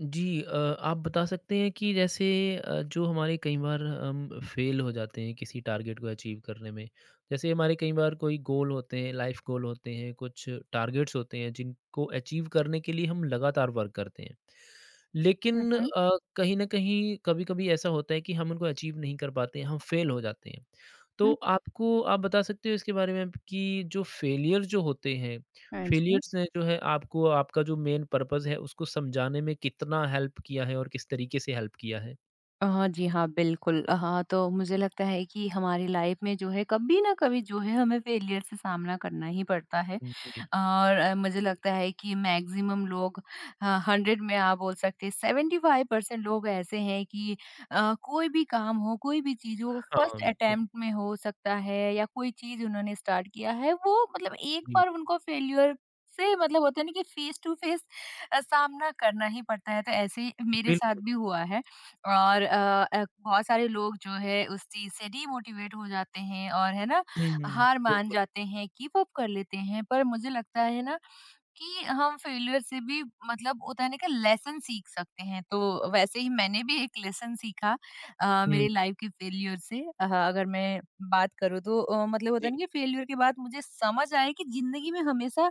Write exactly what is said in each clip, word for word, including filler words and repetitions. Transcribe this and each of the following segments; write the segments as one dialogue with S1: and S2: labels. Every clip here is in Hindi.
S1: जी अ, आप बता सकते हैं कि जैसे अ, जो हमारे कई बार हम फेल हो जाते हैं किसी टारगेट को अचीव करने में जैसे हमारे कई बार कोई गोल होते हैं लाइफ गोल होते हैं कुछ टारगेट्स होते हैं जिनको अचीव करने के लिए हम लगातार वर्क करते हैं
S2: हुँ,
S1: लेकिन
S2: हुँ,
S1: अ, कहीं न कहीं कभी-कभी ऐसा होता है कि हम उनको अचीव नहीं कर पाते हैं, हम फेल हो जाते हैं। तो
S2: हुँ।
S1: आपको आप बता सकते हो इसके बारे में कि जो फेलियर जो होते हैं,
S2: हाँ जी।
S1: फेलियर्स ने जो है आपको आपका जो मेन पर्पज़ है उसको समझाने में कितना हेल्प किया है और किस तरीके से हेल्प किया है?
S2: अ, हाँ जी, हाँ, बिल्कुल। हाँ, तो मुझे लगता है कि हमारी लाइफ में जो है कभी ना कभी जो है हमें फेलियर से सामना करना ही पड़ता है।
S1: जी।
S2: और अ, मुझे लगता है कि मैक्सिमम लोग हाँ, हंड्रेड में आप बोल सकते हैं सेवन्टी फ़ाइव परसेंट लोग ऐसे हैं कि अ, कोई भी काम हो, कोई भी चीज हो,
S1: हाँ,
S2: फर्स्ट
S1: बिल्कुल।
S2: अटेम्प्ट में हो सकता है या कोई चीज उन्होंने स्टार्ट किया है वो मतलब एक
S1: जी,
S2: बार उनको फेल्यूर से मतलब होता है ना कि फेस टू फेस सामना करना ही पड़ता है, तो ऐसे ही मेरे साथ
S1: बिल्कुल।
S2: भी हुआ है। और अ, अ, बहुत सारे लोग जो है उस चीज से डीमोटिवेट हो जाते हैं, और है ना,
S1: हुँ, हुँ,
S2: हार मान
S1: बिल्कुल।
S2: जाते हैं, गिव अप कर लेते हैं। पर मुझे लगता है ना कि हम फेलियर से भी मतलब होता है ना कि लेसन सीख सकते हैं। तो वैसे ही मैंने भी एक लेसन सीखा। अ,
S1: हुँ,
S2: मेरे लाइफ के फेलियर से अ, अगर मैं बात करूँ तो अ, मतलब होता
S1: जी,
S2: है ना कि फेलियर के बाद मुझे समझ आया कि ज़िंदगी में हमेशा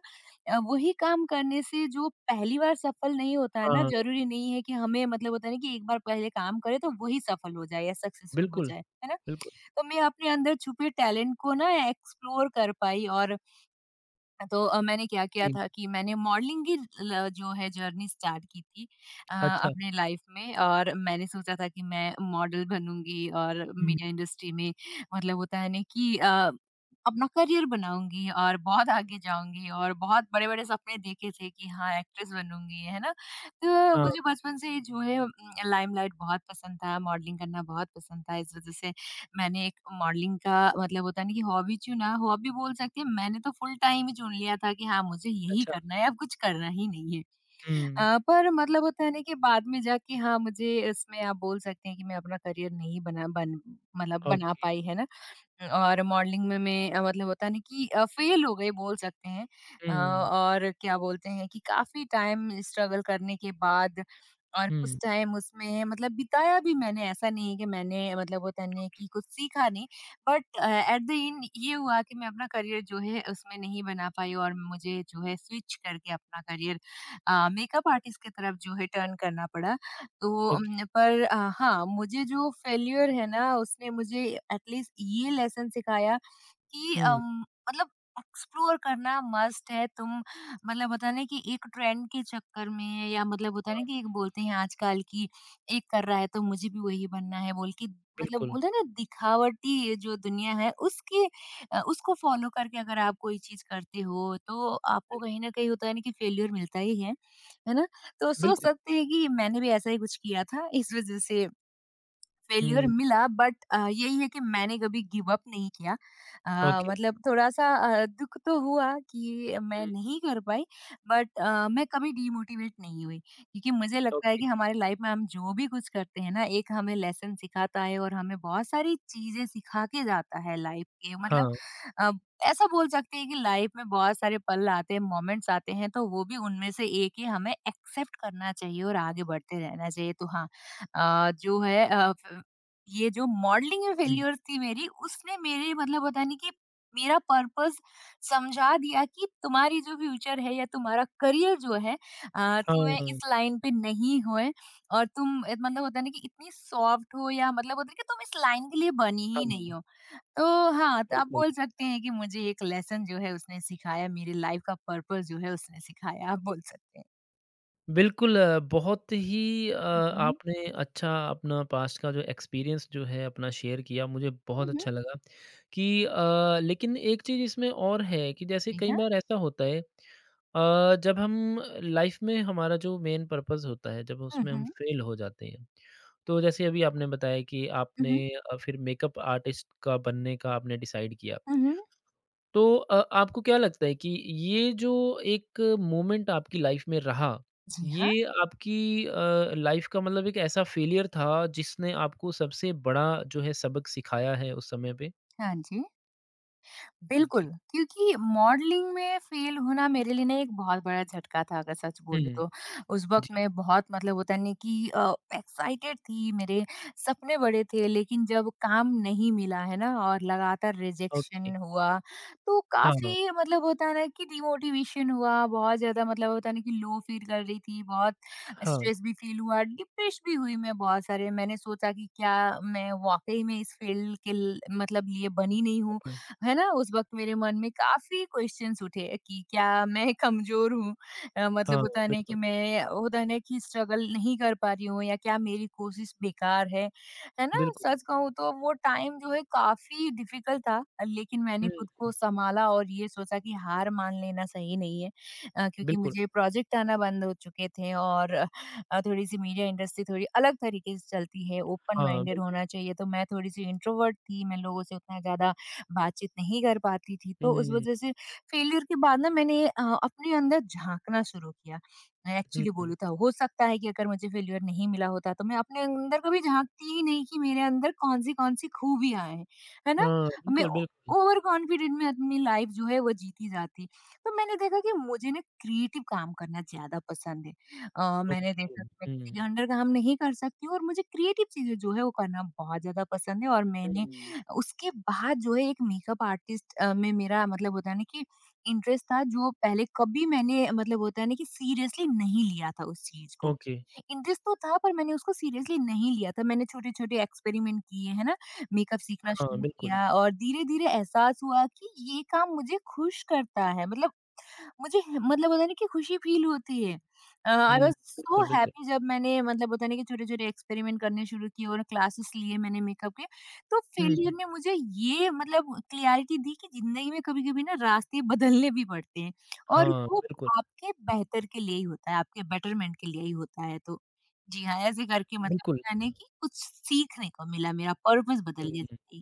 S2: अ, वही काम करने से जो पहली बार सफल नहीं होता है ना,
S1: हाँ,
S2: ज़रूरी नहीं है कि हमें मतलब होता है ना कि एक बार पहले काम करें तो वही सफल हो जाए या सक्सेसफुल हो
S1: बिल्कुल,
S2: जाए, है ना?
S1: बिल्कुल।
S2: तो मैं अपने अंदर छुपे टैलेंट को ना एक्सप्लोर कर पाई, और तो अ, मैंने क्या किया
S1: जी,
S2: था कि मैंने मॉडलिंग की ल जो है जर्नी स्टार्ट की थी अ,
S1: अच्छा।
S2: अपने लाइफ में, और मैंने सोचा था कि मैं मॉडल बनूँगी और
S1: हुँ,
S2: मीडिया इंडस्ट्री में मतलब होता है ना कि अ, अपना करियर बनाऊँगी और बहुत आगे जाऊँगी, और बहुत बड़े-बड़े सपने देखे थे कि हाँ, एक्ट्रेस बनूँगी, है ना? तो
S1: हाँ,
S2: मुझे बचपन से ही जो है उम, लाइमलाइट बहुत पसंद था, मॉडलिंग करना बहुत पसंद था, इस वज़ह से मैंने एक मॉडलिंग का मतलब होता है ना कि हॉबी चुना, हॉबी बोल सकते हैं, मैंने तो फुल टाइम ही चुन लिया था कि हाँ, मुझे यही
S1: अच्छा।
S2: करना है, अब कुछ करना ही नहीं है।
S1: हुँ,
S2: अ, पर मतलब होता है ना कि बाद में जाके हाँ, मुझे इसमें आप बोल सकते हैं कि मैं अपना करियर नहीं बना बन मतलब बना
S1: ओके।
S2: पाई, है ना? और मॉडलिंग में मैं अ, मतलब होता है ना कि अ, फेल हो गई बोल सकते हैं, अ,
S1: हुँ,
S2: और क्या बोलते हैं कि काफ़ी टाइम स्ट्रगल करने के बाद और कुछ
S1: हुँ,
S2: टाइम उसमें मतलब बिताया भी मैंने, ऐसा नहीं है कि मैंने मतलब होता नहीं है कि कुछ सीखा नहीं, but uh, at the end ये हुआ कि मैं अपना करियर जो है उसमें नहीं बना पाई, और मुझे जो है स्विच करके अपना करियर अ, मेकअप आर्टिस्ट की तरफ जो है टर्न करना पड़ा। तो
S1: ओके।
S2: उम, पर अ, हाँ, मुझे जो फेल्योर है ना उसने मुझे एटलीस्ट ये लेसन सिखाया कि
S1: हुँ।
S2: अम, मतलब एक्सप्लोर करना मस्ट है तुम मतलब होता है ना कि एक ट्रेंड के चक्कर में, या मतलब होता है
S1: हाँ,
S2: ना कि एक बोलते हैं आजकल की एक कर रहा है तो मुझे भी वही बनना है बोल के मतलब,
S1: बिल्कुल।
S2: बोलते हैं ना दिखावटी जो दुनिया है उसके अ, उसको फॉलो करके अगर आप कोई चीज करते हो तो
S1: हुँ,
S2: आपको कहीं ना कहीं होता है ना कि फेल्योर मिलता ही है है ना? तो सोच
S1: बिल्कुल।
S2: सकते हैं कि मैंने भी ऐसा ही कुछ किया था, इस वजह से फेल्यूर
S1: हुँ,
S2: मिला, बट अ, यही है कि मैंने कभी गिव अप नहीं किया। Uh,
S1: okay.
S2: मतलब थोड़ा-सा अ, दुःख तो हुआ कि मैं
S1: हुँ,
S2: नहीं कर पाई, बट अ, मैं कभी डीमोटिवेट नहीं हुई। क्योंकि मुझे लगता है
S1: ओके।
S2: कि हमारी लाइफ में हम जो भी कुछ करते हैं ना, एक हमें लेसन सिखाता है और हमें बहुत सारी चीज़ें सिखा के जाता है लाइफ के मतलब।
S1: हाँ,
S2: अ, ऐसा बोल सकते हैं कि लाइफ में बहुत सारे पल आते हैं, मोमेंट्स आते हैं, तो वो भी उनमें से एक है, हमें एक्सेप्ट करना चाहिए और आगे बढ़ते रहना चाहिए। तो हाँ, अ, जो है अ, फ ये जो मॉडलिंग में
S1: जी।
S2: फेल्योर्स थी मेरी उसने मेरे मतलब पता नहीं कि मेरा पर्पस समझा दिया कि तुम्हारी जो फ्यूचर है या तुम्हारा करियर जो है अ, तुम्हें
S1: हाँ,
S2: इस लाइन पे नहीं होए, और तुम अ, मतलब होता है ना कि इतनी सॉफ्ट हो, या मतलब होता है कि तुम इस लाइन के लिए बनी ही नहीं
S1: हाँ,
S2: हो। तो हाँ, तो आप
S1: बिल्कुल।
S2: बोल सकते हैं कि मुझे एक लेसन जो है उसने सिखाया, मेरी लाइफ का पर्पस जो है उसने सिखाया, आप बोल सकते हैं।
S1: बिल्कुल अ, बहुत ही अ,
S2: हुँ, हुँ।
S1: आपने अच्छा अपना पास्ट का जो एक्सपीरियंस जो है अपना शेयर किया मुझे
S2: हुँ,
S1: बहुत
S2: हुँ।
S1: अच्छा लगा कि अ, लेकिन एक चीज़ इसमें और है कि जैसे
S2: जी
S1: कई
S2: हाँ।
S1: बार ऐसा होता है अ, जब हम लाइफ में हमारा जो मेन पर्पस होता है जब
S2: हुँ,
S1: उसमें हम
S2: हुँ।
S1: फेल हो जाते हैं तो जैसे अभी आपने बताया कि
S2: हुँ,
S1: आपने
S2: हुँ।
S1: अ, फिर मेकअप आर्टिस्ट का बनने का आपने डिसाइड किया
S2: हुँ, हुँ।
S1: तो अ, आपको क्या लगता है कि ये जो एक मोमेंट आपकी लाइफ में रहा,
S2: जी हाँ।
S1: ये आपकी अ, लाइफ का मतलब एक ऐसा फेलियर था जिसने आपको सबसे बड़ा जो है सबक सिखाया है उस समय पे?
S2: हाँ जी। बिल्कुल,
S1: जी।
S2: क्योंकि मॉडलिंग में फेल होना मेरे लिए ना एक बहुत बड़ा झटका था, अगर सच बोलूँ
S1: हुँ,
S2: तो। उस वक़्त
S1: जी,
S2: मैं बहुत मतलब होता नहीं कि अ, एक्साइटेड थी, मेरे सपने बड़े थे, लेकिन जब काम नहीं मिला, है ना? और लगातार
S1: ओके।
S2: रिजेक्शन हुआ, तो
S1: हाँ,
S2: काफ़ी मतलब होता है ना कि डिमोटिवेशन हुआ, बहुत ज़्यादा मतलब होता है ना कि लो फ़ील कर रही थी, बहुत
S1: हाँ,
S2: स्ट्रेस भी फ़ील हुआ, डिप्रेस भी हुई मैं बहुत सारे। मैंने सोचा कि क्या मैं वाक़ई में इस फ़ील्ड के ल मतलब लिए बनी नहीं हूँ?
S1: ओके।
S2: है ना? उस वक़्त मेरे मन में काफ़ी क्वेश्चन्स उठे कि क्या मैं कमज़ोर हूँ? अ, मतलब
S1: हाँ,
S2: होता है ना
S1: बिल्कुल,
S2: कि मैं होता है ना कि स्ट्रगल नहीं कर पा रही हूँ, या क्या मेरी कोशिश बेकार है, है ना?
S1: बिल्कुल।
S2: सच कहूँ तो वो टाइम जो है काफ़ी डिफ़िकल्ट था, लेकिन मैंने
S1: हुँ,
S2: खुद को सँभाला और ये सोचा कि हार मान लेना सही नहीं है, अ, क्योंकि
S1: बिल्कुल।
S2: मुझे प्रोजेक्ट आना बंद हो चुके थे, और अ, थोड़ी-सी मीडिया इंडस्ट्री थोड़ी अलग तरीके से चलती है, ओपन
S1: हाँ,
S2: माइंडेड
S1: बिल्कुल।
S2: होना चाहिए, तो मैं थोड़ी-सी इंट्रोवर्ट थी, मैं लोगों से उतना ज़्यादा बातचीत नहीं कर पाती थी। तो उस
S1: हुँ,
S2: वजह से फेल्यूर के बाद ना मैंने अ, अपने अंदर झाँकना शुरू किया। मैं एक्चुअली
S1: हुँ।
S2: बोलूँ तो हो सकता है कि अगर मुझे फेल्यूर नहीं मिला होता तो मैं अपने अंदर कभी झाँकती ही नहीं, कि मेरे अंदर कौन-सी कौन-सी खूबियाँ हैं। है ना?
S1: हाँ,
S2: मैं
S1: बिल्कुल,
S2: ओ
S1: बिल्कुल।
S2: ओवर कॉन्फिडेंट में अपनी लाइफ़ जो है वो जीती जाती। तो मैंने देखा कि मुझे ना क्रिएटिव काम करना ज़्यादा पसंद है। अ, मैंने
S1: ओके।
S2: देखा कि मैं
S1: हुँ,
S2: किसी के अंडर काम नहीं कर सकती हूँ, और मुझे क्रिएटिव चीज़ें जो है वो करना बहुत ज़्यादा पसंद है, और मैंने
S1: हुँ।
S2: उसके बाद जो है एक मेकअप आर्टिस्ट अ, में मेरा मतलब होता है ना कि इंटरेस्ट था, जो पहले कभी मैंने मतलब होता है ना कि सीरियसली नहीं लिया था उस चीज को।
S1: ओके।
S2: इंटरेस्ट तो था, पर मैंने उसको सीरियसली नहीं लिया था, मैंने छोटे छोटे एक्सपेरिमेंट किए, है ना? मेकअप सीखना
S1: हाँ,
S2: शुरू
S1: बिल्कुल।
S2: किया, और धीरे धीरे एहसास हुआ कि ये काम मुझे खुश करता है, मतलब मुझे है- मतलब होता है ना कि खुशी फील होती है। अ, आई
S1: हुँ,
S2: वाज़ सो
S1: बिल्कुल, बिल्कुल।
S2: हैप्पी जब मैंने मतलब होता है ना कि छोटे-छोटे एक्सपेरिमेंट करने शुरू किए, और क्लासेस लिए मैंने मेकअप के। तो
S1: हुँ, हुँ।
S2: फेलियर ने मुझे ये मतलब क्लैरिटी दी कि ज़िंदगी में कभी-कभी ना रास्ते बदलने भी पड़ते हैं, और
S1: हाँ,
S2: वो
S1: बिल्कुल।
S2: आपके बेहतर के लिए ही होता है, आपके बेटरमेंट के लिए ही होता है। तो जी हाँ, ऐसे करके मतलब
S1: बिल्कुल।
S2: होता है ना कि कुछ सीखने को मिला, मेरा पर्पस
S1: हुँ,
S2: बदल गया
S1: हुँ।
S2: ज़िंदगी।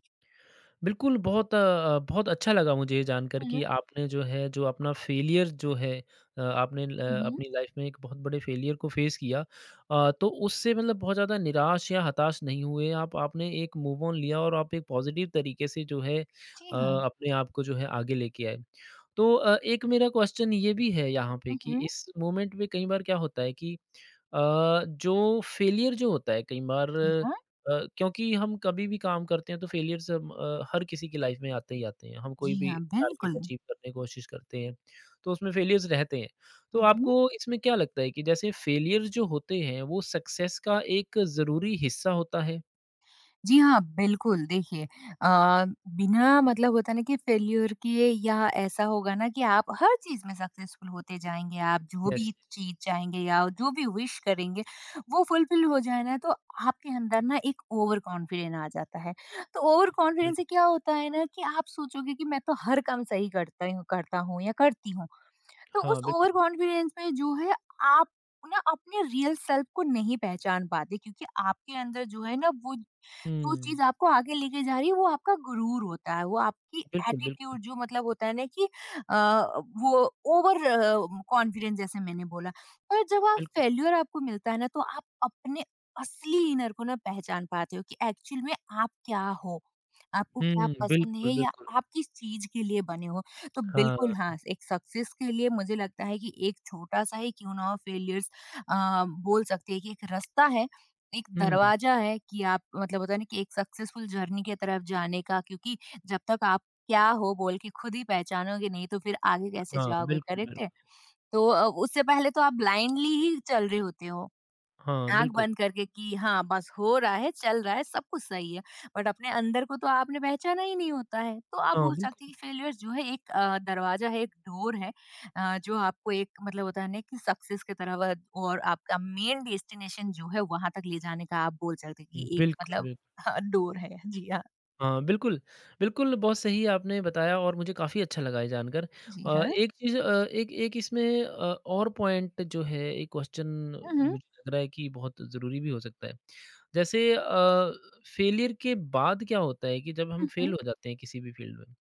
S1: बिल्कुल, बहुत अ, बहुत अच्छा लगा मुझे ये जानकर
S2: हुँ,
S1: कि
S2: हुँ,
S1: आपने जो है जो अपना फेलियर जो है अ, आपने ल
S2: हुँ, हुँ।
S1: अपनी लाइफ़ में एक बहुत बड़े फेलियर को फेस किया। अ, तो उससे मतलब बहुत ज़्यादा निराश या हताश नहीं हुए आप, आपने एक मूव ऑन लिया और आप एक पॉज़िटिव तरीके से जो है अ,
S2: जी हाँ।
S1: अपने आप को जो है आगे लेके आए। तो अ, एक मेरा क्वेश्चन ये भी है यहाँ पे
S2: हुँ,
S1: कि
S2: हुँ।
S1: इस मोमेंट में कई बार क्या होता है कि अ, जो फेलियर जो होता है कई बार
S2: जी हाँ।
S1: अ, क्योंकि हम कभी भी काम करते हैं तो फेलियर्स हम अ, हर किसी की लाइफ में आते ही आते हैं। हम कोई
S2: जी
S1: भी
S2: हाँ,
S1: टारगेट
S2: बिल्कुल।
S1: अचीव करने की कोशिश करते हैं, तो उसमें फेलियर्स रहते हैं। तो
S2: हुँ, हुँ।
S1: आपको इसमें क्या लगता है कि जैसे फेलियर्स जो होते हैं, वो सक्सेस का एक ज़रूरी हिस्सा होता है?
S2: जी हाँ, बिल्कुल देखिए, अ, बिना मतलब होता है ना कि फेल्योर किए, या ऐसा होगा ना कि आप हर चीज़ में सक्सेसफुल होते जाएँगे, आप जो
S1: यस।
S2: भी चीज़ चाहेंगे या जो भी विश करेंगे, वो फुलफिल हो जाए ना, तो आपके अंदर ना एक ओवर कॉन्फिडेंस आ जाता है। तो ओवर
S1: हाँ,
S2: कॉन्फिडेंस
S1: बिल्क
S2: से क्या होता है ना कि आप सोचोगे कि मैं तो हर काम सही करता ही हूँ, करता हूँ या करती हूँ। तो उस
S1: हाँ, बिल्कुल।
S2: ओवर कॉन्फिडेंस में जो है आप ना अपने रियल सेल्फ को नहीं पहचान पाते, क्योंकि आपके अंदर जो है ना वो जो
S1: हुँ।
S2: चीज़ आपको आगे लेके जा रही है वो आपका गुरूर होता है, वो आपकी
S1: बिल्कुल, बिल्कुल,
S2: एटीट्यूड, जो मतलब होता है ना कि अ, वो ओवर अ, कॉन्फिडेंस, जैसे मैंने बोला। पर जब आप
S1: बिल्कुल।
S2: फेल्यूर आपको मिलता है ना तो आप अपने असली इनर को ना पहचान पाते हो कि एक्चुअल में आप क्या हो, आपको क्या
S1: हुँ,
S2: पसंद
S1: बिल्कुल,
S2: है, या
S1: बिल्कुल।
S2: आप किस चीज़ के लिए बने हो। तो
S1: हाँ।
S2: बिल्कुल हाँ, एक सक्सेस के लिए मुझे लगता है कि एक छोटा-सा ही क्यों ना हो फेल्यूर्स, अ, बोल सकते हैं कि एक रास्ता है, एक
S1: हुँ,
S2: दरवाज़ा है कि आप मतलब होता है ना कि एक सक्सेसफुल जर्नी की तरफ जाने का, क्योंकि जब तक आप क्या हो बोल के खुद ही पहचानोगे नहीं तो फिर आगे कैसे
S1: हाँ,
S2: जाओगे,
S1: बिल्कुल, बिल्कुल।
S2: करेक्ट है? तो अ, उससे पहले तो आप ब्लाइंडली ही चल रहे होते हो
S1: हाँ,
S2: आँख
S1: बिल्कुल।
S2: बंद करके कि हाँ, बस हो रहा है, चल रहा है, सब कुछ सही है। बट अपने अंदर को तो आपने पहचाना ही नहीं होता है। तो आप
S1: हाँ,
S2: बोल सकते
S1: बिल्कुल।
S2: हैं कि फेल्योर्स जो है एक अ, दरवाज़ा है, एक डोर है अ, जो आपको एक मतलब होता है ना कि सक्सेस की तरफ अ, और आपका मेन डेस्टिनेशन जो है वहाँ तक ले जाने का आप बोल सकते हैं कि एक
S1: बिल्कुल,
S2: मतलब
S1: बिल्कुल।
S2: हाँ, डोर है। जी हाँ,
S1: हाँ, बिल्कुल। बिल्कुल, बहुत सही आपने बताया और मुझे काफ़ी अच्छा लगा ये जानकर।
S2: जी
S1: अ,
S2: हाँ।
S1: एक चीज़ अ, एक एक इसमें अ, और पॉइंट जो है एक क्वेश्चन
S2: हुँ, हुँ।
S1: मुझे लग रहा है कि बहुत ज़रूरी भी हो सकता है। जैसे अ, फेलियर के बाद क्या होता है कि जब हम
S2: हुँ,
S1: फेल
S2: हुँ।
S1: हो जाते हैं किसी भी फील्ड में,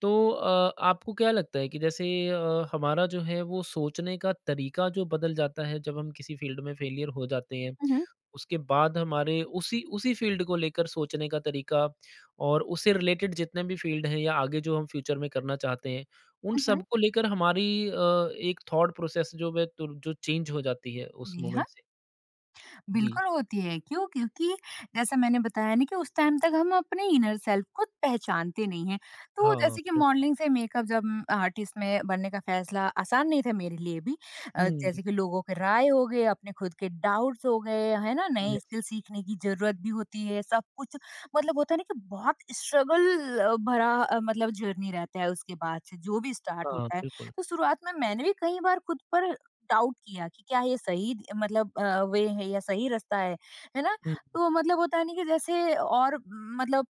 S1: तो अ, आपको क्या लगता है कि जैसे अ, हमारा जो है वो सोचने का तरीका जो बदल जाता है जब हम किसी फील्ड में फेलियर हो जाते हैं
S2: हुँ, हुँ।
S1: उसके बाद हमारे उसी उसी फ़ील्ड को लेकर सोचने का तरीका और उससे रिलेटेड जितने भी फ़ील्ड हैं या आगे जो हम फ्यूचर में करना चाहते हैं, उन
S2: हुँ, हुँ।
S1: सबको लेकर हमारी अ, एक थॉट प्रोसेस जो वे तुर जो चेंज हो जाती है उस
S2: जी हाँ।
S1: मोमेंट से। जी।
S2: बिल्कुल होती है। क्यों? क्योंकि जैसा मैंने बताया ना कि उस टाइम तक हम अपने इनर सेल्फ को पहचानते नहीं हैं। तो
S1: हाँ,
S2: जैसे कि
S1: बिल्कुल।
S2: मॉडलिंग से मेकअप जब आर्टिस्ट में बनने का फैसला आसान नहीं था मेरे लिए भी। अ,
S1: हुँ,
S2: जैसे कि लोगों के राय हो गए, अपने खुद के डाउट्स हो गए, है ना? नए
S1: यस।
S2: स्किल सीखने की ज़रूरत भी होती है। सब कुछ मतलब होता है ना कि बहुत स्ट्रगल अ, भरा अ, मतलब जर्नी रहता है उसके बाद से जो भी स्टार्ट
S1: हाँ,
S2: होता है।
S1: बिल्कुल।
S2: तो शुरुआत में मैंने भी कई बार खुद पर डाउट किया कि क्या ये सही द- मतलब अ, वे है या सही रास्ता है है ना
S1: हुँ,
S2: तो मतलब होता है नहीं कि जैसे और मतलब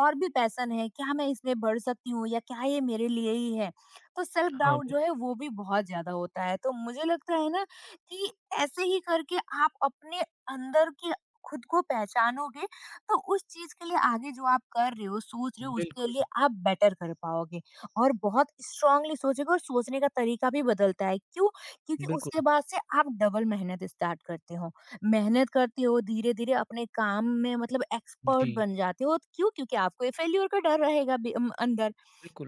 S2: और भी पैशन है, क्या मैं इसमें बढ़ सकती हूँ या क्या ये मेरे लिए ही है? तो सेल्फ
S1: हाँ,
S2: डाउट जो
S1: बिल्कुल।
S2: है वो भी बहुत ज़्यादा होता है। तो मुझे लगता है ना कि ऐसे ही करके आप अपने अंदर के खुद को पहचानोगे तो उस चीज़ के लिए आगे जो आप कर रहे हो, सोच रहे हो उसके
S1: बिल्कुल,
S2: लिए आप बेटर कर पाओगे और बहुत स्ट्रांगली सोचोगे और सोचने का तरीका भी बदलता है। क्यों? क्योंकि
S1: बिल्कुल।
S2: उसके बाद से आप डबल मेहनत स्टार्ट करते हो। मेहनत करते हो, धीरे-धीरे अपने काम में मतलब
S1: जी,
S2: एक्सपर्ट बन जाते हो। तो क्यों? क्योंकि आपको ये फेल्यूर का डर रहेगा बी अम, अंदर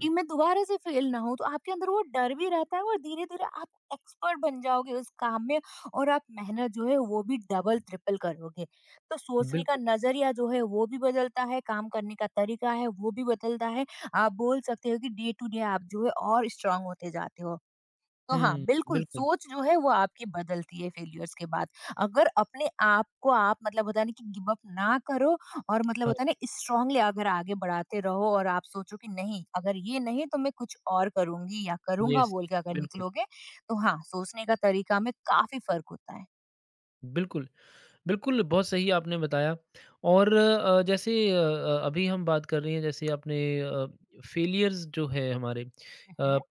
S2: कि मैं दोबारा से फेल ना होऊँ, तो आपके अंदर वो डर भी रहता है और धीरे-धीरे आप एक्सपर्ट बन जाओगे उस काम में और आप मेहनत जो है वो भी डबल, ट्रिपल करोगे। तो सोचने का
S1: बिल्कुल।
S2: नज़रिया जो है वो भी बदलता है, काम करने का तरीका है वो भी बदलता है। आप बोल सकते हो कि डे टू डे आप जो है और स्ट्रांग होते जाते हो। तो हाँ,
S1: हुँ,
S2: बिल्कुल
S1: बिल्कुल।
S2: सोच जो है वो आपकी बदलती है फेल्योर्स के बाद। अगर अपने आप को आप मतलब होता है ना कि गिव अप ना करो और मतलब
S1: हाँ,
S2: होता है ना स्ट्रांगली अगर आगे बढ़ाते रहो और आप सोचो कि नहीं अगर ये नहीं तो मैं कुछ और करूँगी या करूँगा
S1: यस,
S2: बोल के
S1: यस,
S2: अगर
S1: बिल्कुल,
S2: निकलोगे तो हाँ, सोचने का तरीका में काफ़ी फ़र्क होता है।
S1: बिल्कुल। बिल्कुल, बहुत सही आपने बताया और अ, जैसे अ अ, अभी हम बात कर रहे हैं जैसे आपने अ, फेलियर्स जो है हमारे अ,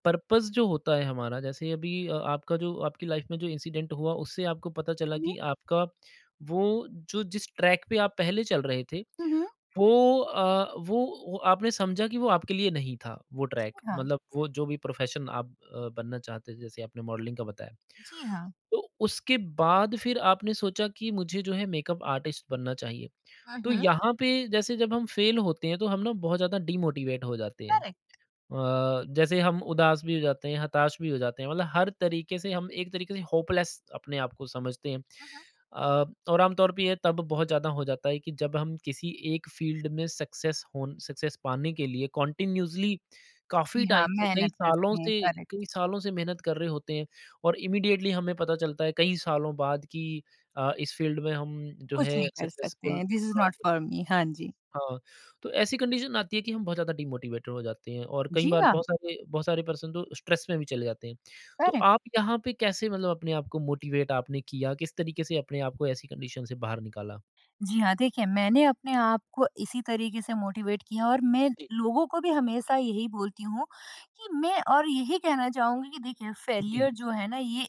S1: पर्पस जो होता है हमारा जैसे अभी अ, आपका जो आपकी लाइफ में जो इंसिडेंट हुआ उससे आपको पता चला
S2: हुँ, हुँ,
S1: कि आपका वो जो जिस ट्रैक पे आप पहले चल रहे थे
S2: हुँ, हुँ,
S1: वो अ, वो वो आपने समझा कि वो आपके लिए नहीं था, वो ट्रैक
S2: हाँ,
S1: मतलब वो जो भी प्रोफ़ेशन आप अ, बनना चाहते थे, जैसे आपने मॉडलिंग का बताया।
S2: जी हाँ,
S1: तो उसके बाद फिर आपने सोचा कि मुझे जो है मेकअप आर्टिस्ट बनना चाहिए।
S2: हुँ,
S1: तो
S2: हुँ,
S1: यहाँ पे जैसे जब हम फ़ेल होते हैं, तो हम ना बहुत ज़्यादा डीमोटिवेट हो जाते हैं।
S2: करेक्ट,
S1: अ, जैसे हम उदास भी हो जाते हैं, हताश भी हो जाते हैं, मतलब हर तरीके से हम एक तरीके से होपलेस अपने आप को समझते हैं।
S2: हुँ, हुँ।
S1: अ, और आमतौर पे ये तब बहुत ज़्यादा हो जाता है कि जब हम किसी एक फ़ील्ड में सक्सेस होन सक्सेस पाने के लिए कंटिन्यूअसली काफ़ी
S2: जी
S1: टाइम
S2: हाँ,
S1: से, कई
S2: मेहनत
S1: सालों
S2: करते हैं,
S1: से कई
S2: करेक्ट।
S1: सालों से मेहनत कर रहे होते हैं और इमीडिएटली हमें पता चलता है कई सालों बाद कि अ, इस फ़ील्ड में हम जो
S2: कुछ
S1: है
S2: नहीं कर सकते
S1: सक्सेसफुल
S2: हैं, this is not
S1: a
S2: for me हाँ जी।
S1: हाँ, तो ऐसी कंडीशन आती है कि हम बहुत ज़्यादा डिमोटिवेटेड हो जाते हैं और कई
S2: जी
S1: बार
S2: हाँ,
S1: बहुत सारे बहुत सारे पर्सन तो स्ट्रेस में भी चले जाते हैं। तो
S2: करेक्ट।
S1: आप यहाँ पे कैसे मतलब अपने आप को मोटिवेट आपने किया? किस तरीके से अपने आप को ऐसी कंडीशन से बाहर निकाला?
S2: जी हाँ, देखिए मैंने अपने आप को इसी तरीके से मोटिवेट किया और मैं
S1: जी, जी।
S2: लोगों को भी हमेशा यही बोलती हूँ कि मैं और यही कहना चाहूँगी कि देखिए
S1: जी,
S2: फेलियर जो है ना ये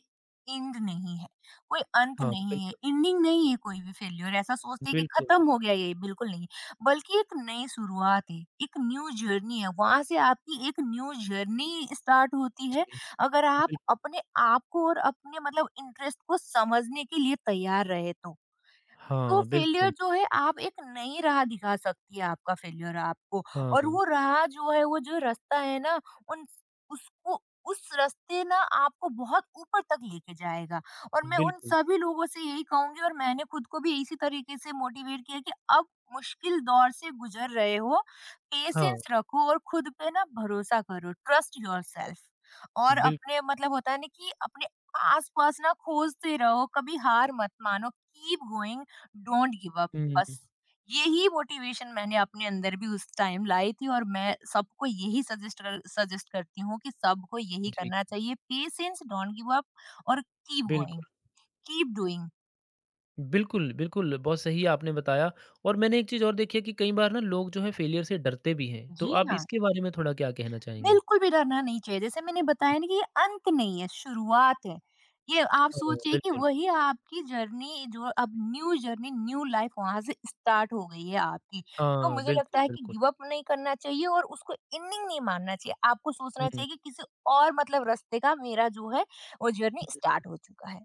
S2: एंड नहीं है, कोई अंत
S1: हाँ,
S2: नहीं है,
S1: बिल्कुल,
S2: एंडिंग नहीं है कोई भी फेलियर ऐसा सोचते हैं कि
S1: बिल्कुल,
S2: खत्म हो गया ये, बिल्कुल नहीं। है, बल्कि एक नई शुरुआत है, एक न्यू जर्नी है, वहाँ से आपकी एक न्यू जर्नी स्टार्ट होती है,
S1: जी,
S2: अगर आप
S1: बिल्कुल,
S2: अपने आप को और अपने मतलब इंटरेस्ट को समझने के लिए तैयार रहे तो। तो
S1: हाँ,
S2: फेलियर
S1: बिल्कुल,
S2: जो है आप एक नई राह दिखा सकती है आपका फेलियर आपको और
S1: हाँ,
S2: वो राह जो है वो जो रास्ता है ना उन उसको उस रास्ते ना आपको बहुत ऊपर तक लेके जाएगा और मैं उन
S1: बिल्कुल,
S2: सभी लोगों से यही कहूंगी और मैंने खुद को भी इसी तरीके से मोटिवेट किया कि अब मुश्किल दौर से गुजर रहे हो
S1: हाँ,
S2: पेशेंस रखो और खुद पे ना भरोसा करो ट्रस्ट योरसेल्फ और
S1: बिल
S2: अपने मतलब होता है ना कि अपने आसपास ना खोजते रहो कभी हार मत मानो keep going don't give up
S1: हुँ,
S2: बस यही मोटिवेशन मैंने अपने अंदर भी उस टाइम लाई थी और मैं सबको यही सजेस्ट कर, सजेस्ट करती हूँ कि सबको यही
S1: जी,
S2: करना चाहिए पेशेंस डोंट गिव अप और कीप गोइंग
S1: बिल्कुल।
S2: कीप डूइंग
S1: बिल्कुल, बिल्कुल, बहुत सही आपने बताया और मैंने एक चीज़ और देखी है कि कई बार ना लोग जो है फेलियर से डरते भी हैं। तो
S2: जी
S1: आप
S2: हाँ
S1: इसके बारे में थोड़ा क्या कहना चाहेंगे?
S2: बिल्कुल भी डरना नहीं चाहिए। जैसे मैंने
S1: जी,
S2: बताया ना कि ये अंत नहीं है, शुरुआत है। ये आप
S1: हाँ,
S2: सोचिए कि
S1: बिल्कुल।
S2: वही आपकी जर्नी जो अब न्यू जर्नी, न्यू लाइफ वहाँ से स्टार्ट हो गई है आपकी। तो
S1: हाँ,
S2: मुझे
S1: बिल्कुल,
S2: लगता है कि
S1: बिल्कुल।
S2: गिव अप नहीं करना चाहिए और उसको एंडिंग नहीं मानना चाहिए। आपको
S1: हुँ,
S2: सोचना
S1: हुँ,
S2: चाहिए कि किसी और मतलब रास्ते का मेरा जो है वो जर्नी
S1: हुँ।
S2: स्टार्ट हो चुका है।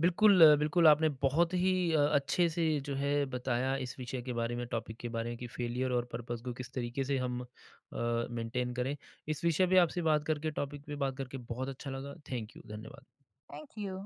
S1: बिल्कुल, अ, बिल्कुल आपने बहुत ही अ, अच्छे से जो है बताया इस विषय के बारे में, टॉपिक के बारे में कि फेलियर और पर्पस को किस तरीके से हम अ, मेंटेन करें। इस विषय पे आपसे बात करके, टॉपिक पे बात करके बहुत अच्छा लगा। थैंक यू, धन्यवाद।
S2: Thank you.